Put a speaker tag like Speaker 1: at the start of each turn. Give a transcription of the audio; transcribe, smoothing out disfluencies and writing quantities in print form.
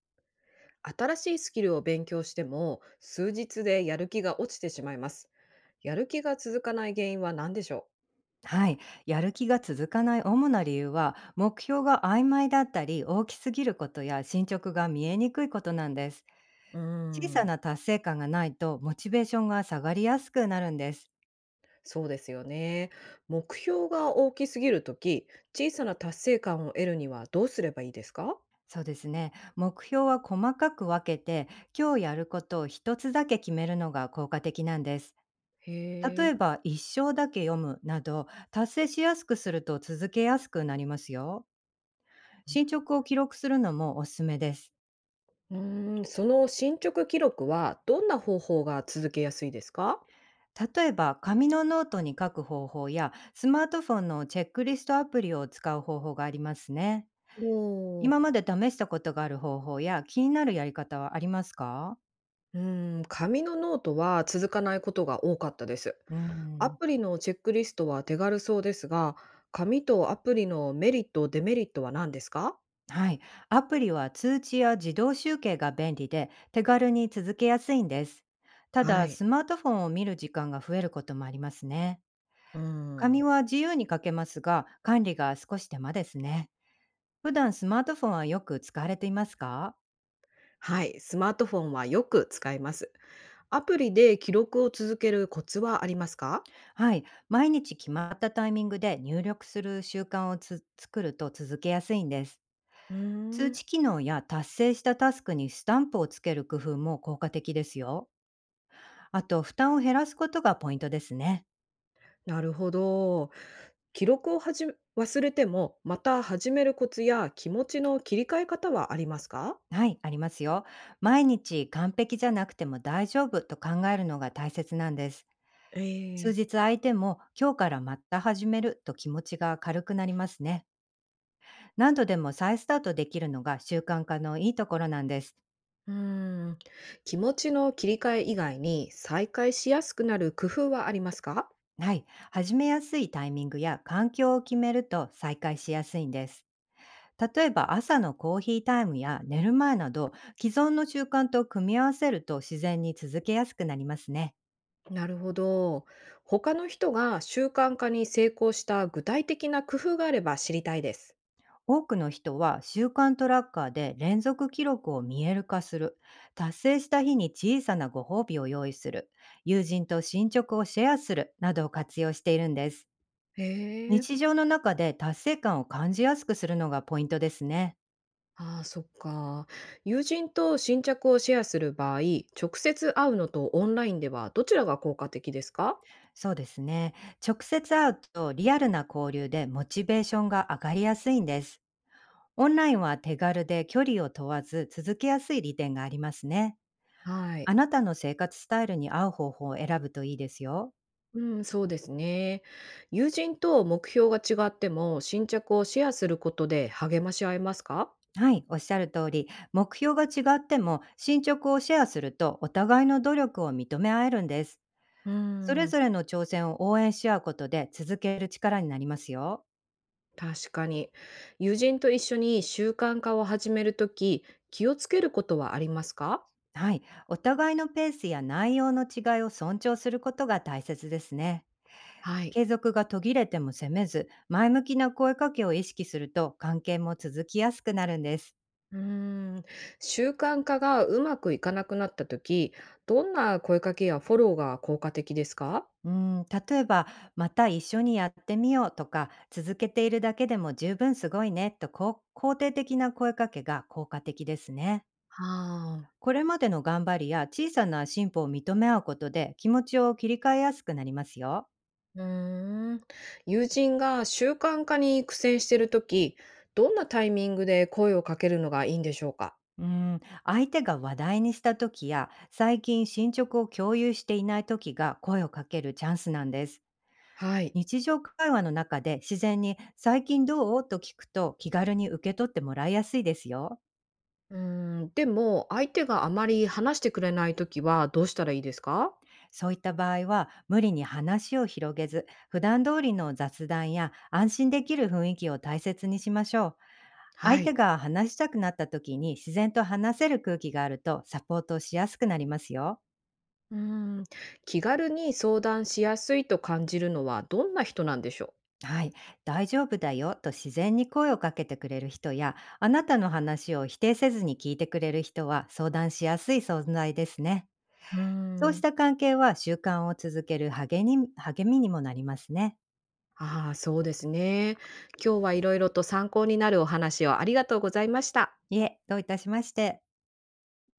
Speaker 1: 新しいスキルを勉強しても数日でやる気が落ちてしまいます。やる気が続かない原因は何でしょ
Speaker 2: はい、やる気が続かない主な理由は目標が曖昧だったり大きすぎることや進捗が見えにくいことなんです。
Speaker 1: う。
Speaker 2: 小さ
Speaker 1: ん、
Speaker 2: な達成感がないとモチベーションが下がりやすくなるんです。
Speaker 1: そうですよね。目標が大きすぎるとき、小さな達成感を得るにはどうすればいいですか？
Speaker 2: そうですね。目標は細かく分けて、今日やることを一つだけ決めるのが効果的なんです。
Speaker 1: へ
Speaker 2: 例
Speaker 1: え。
Speaker 2: えば一生だけ読むなど、達成しやすくすると続けやすくなりますよ。進捗を記録するのもおすすめです。
Speaker 1: その進捗記録はどんな方法が続けやすいですか？
Speaker 2: 例えば紙のノートに書く方法やスマートフォンのチェックリストアプリを使う方法がありますね。
Speaker 1: おお
Speaker 2: 今
Speaker 1: ー。
Speaker 2: まで試したことがある方法や気になるやり方はありますか？
Speaker 1: 紙のノートは続かないことが多かったです。
Speaker 2: う
Speaker 1: ア
Speaker 2: ん、
Speaker 1: プリのチェックリストは手軽そうですが、紙とアプリのメリット、デメリットは何ですか？
Speaker 2: はい。アプリは通知や自動集計が便利で手軽に続けやすいんです。た
Speaker 1: は
Speaker 2: だ、
Speaker 1: い。
Speaker 2: スマートフォンを見る時間が増えることもありますね。
Speaker 1: う
Speaker 2: 紙
Speaker 1: ん。
Speaker 2: は自由に書けますが、管理が少し手間ですね。普段スマートフォンはよく使われていますか？
Speaker 1: はい。スマートフォンはよく使います。アプリで記録を続けるコツはありますか？
Speaker 2: はい、毎日決まったタイミングで入力する習慣をつ作ると続けやすいんです。
Speaker 1: う
Speaker 2: 通
Speaker 1: ーん。
Speaker 2: 知機能や達成したタスクにスタンプをつける工夫も効果的ですよ。あと、負担を減らすことがポイントですね。
Speaker 1: なるほど。記録をはじ忘れても、また始めるコツや気持ちの切り替え方はありますか？
Speaker 2: はい、ありますよ。毎日完璧じゃなくても大丈夫と考えるのが大切なんです。数
Speaker 1: え
Speaker 2: 日
Speaker 1: え。
Speaker 2: 相手も、今日からまた始めると気持ちが軽くなりますね。何度でも再スタートできるのが習慣化のいいところなんです。
Speaker 1: うーん。気持ちの切り替え以外に再開しやすくなる工夫はありますか？
Speaker 2: はい。始めやすいタイミングや環境を決めると再開しやすいんです。例えば朝のコーヒータイムや寝る前など、既存の習慣と組み合わせると自然に続けやすくなりますね。
Speaker 1: なるほど。他の人が習慣化に成功した具体的な工夫があれば知りたいです。
Speaker 2: 多くの人は習慣トラッカーで連続記録を見える化する。達成した日に小さなご褒美を用意する。友人と進捗をシェアするなどを活用しているんです。
Speaker 1: へえ、
Speaker 2: 日常の中で達成感を感じやすくするのがポイントですね。
Speaker 1: ああ、そっか。友人と新着をシェアする場合、直接会うのとオンラインではどちらが効果的ですか？
Speaker 2: そうですね。直接会うとリアルな交流でモチベーションが上がりやすいんです。オンラインは手軽で距離を問わず続けやすい利点がありますね。
Speaker 1: は
Speaker 2: あ
Speaker 1: い。
Speaker 2: なたの生活スタイルに合う方法を選ぶといいですよ。
Speaker 1: うん、そうですね。友人と目標が違っても新着をシェアすることで励まし合えますか？
Speaker 2: はい、おっしゃる通り、目標が違っても進捗をシェアするとお互いの努力を認め合えるんです。
Speaker 1: う
Speaker 2: それ
Speaker 1: ん。
Speaker 2: ぞれの挑戦を応援し合うことで続ける力になりますよ。
Speaker 1: 確かに。友人と一緒に習慣化を始めるとき、気をつけることはありますか？
Speaker 2: はい、お互いのペースや内容の違いを尊重することが大切ですね。
Speaker 1: はい。
Speaker 2: 継続が途切れても責めず、前向きな声かけを意識すると関係も続きやすくなるんです。
Speaker 1: うーん。習慣化がうまくいかなくなったとき、どんな声かけやフォローが効果的ですか？
Speaker 2: うん、例えば、また一緒にやってみようとか、続けているだけでも十分すごいねと、こう肯定的な声かけが効果的ですね。
Speaker 1: ああ。
Speaker 2: これまでの頑張りや小さな進歩を認め合うことで気持ちを切り替えやすくなりますよ。
Speaker 1: うーん。友人が習慣化に苦戦しているとき、どんなタイミングで声をかけるのがいいんでしょうか？
Speaker 2: うん、相手が話題にした時や最近進捗を共有していない時が声をかけるチャンスなんです。
Speaker 1: はい。
Speaker 2: 日常会話の中で自然に「最近どう？」と聞くと気軽に受け取ってもらいやすいですよ。
Speaker 1: うーん。でも、相手があまり話してくれないときはどうしたらいいですか？
Speaker 2: そういった場合は無理に話を広げず、普段通りの雑談や安心できる雰囲気を大切にしましょう。
Speaker 1: は
Speaker 2: 相手
Speaker 1: い。
Speaker 2: が話したくなった時に自然と話せる空気があるとサポートしやすくなりますよ。
Speaker 1: うーん、気軽に相談しやすいと感じるのはどんな人なんでしょう？
Speaker 2: はい、大丈夫だよと自然に声をかけてくれる人や、あなたの話を否定せずに聞いてくれる人は相談しやすい存在ですね。
Speaker 1: うー
Speaker 2: そうし
Speaker 1: ん。
Speaker 2: た関係は習慣を続ける励に励みにもなりますね。
Speaker 1: ああ、そうですね。今日はいろいろと参考になるお話をありがとうございました。
Speaker 2: いえ、どういたしまして。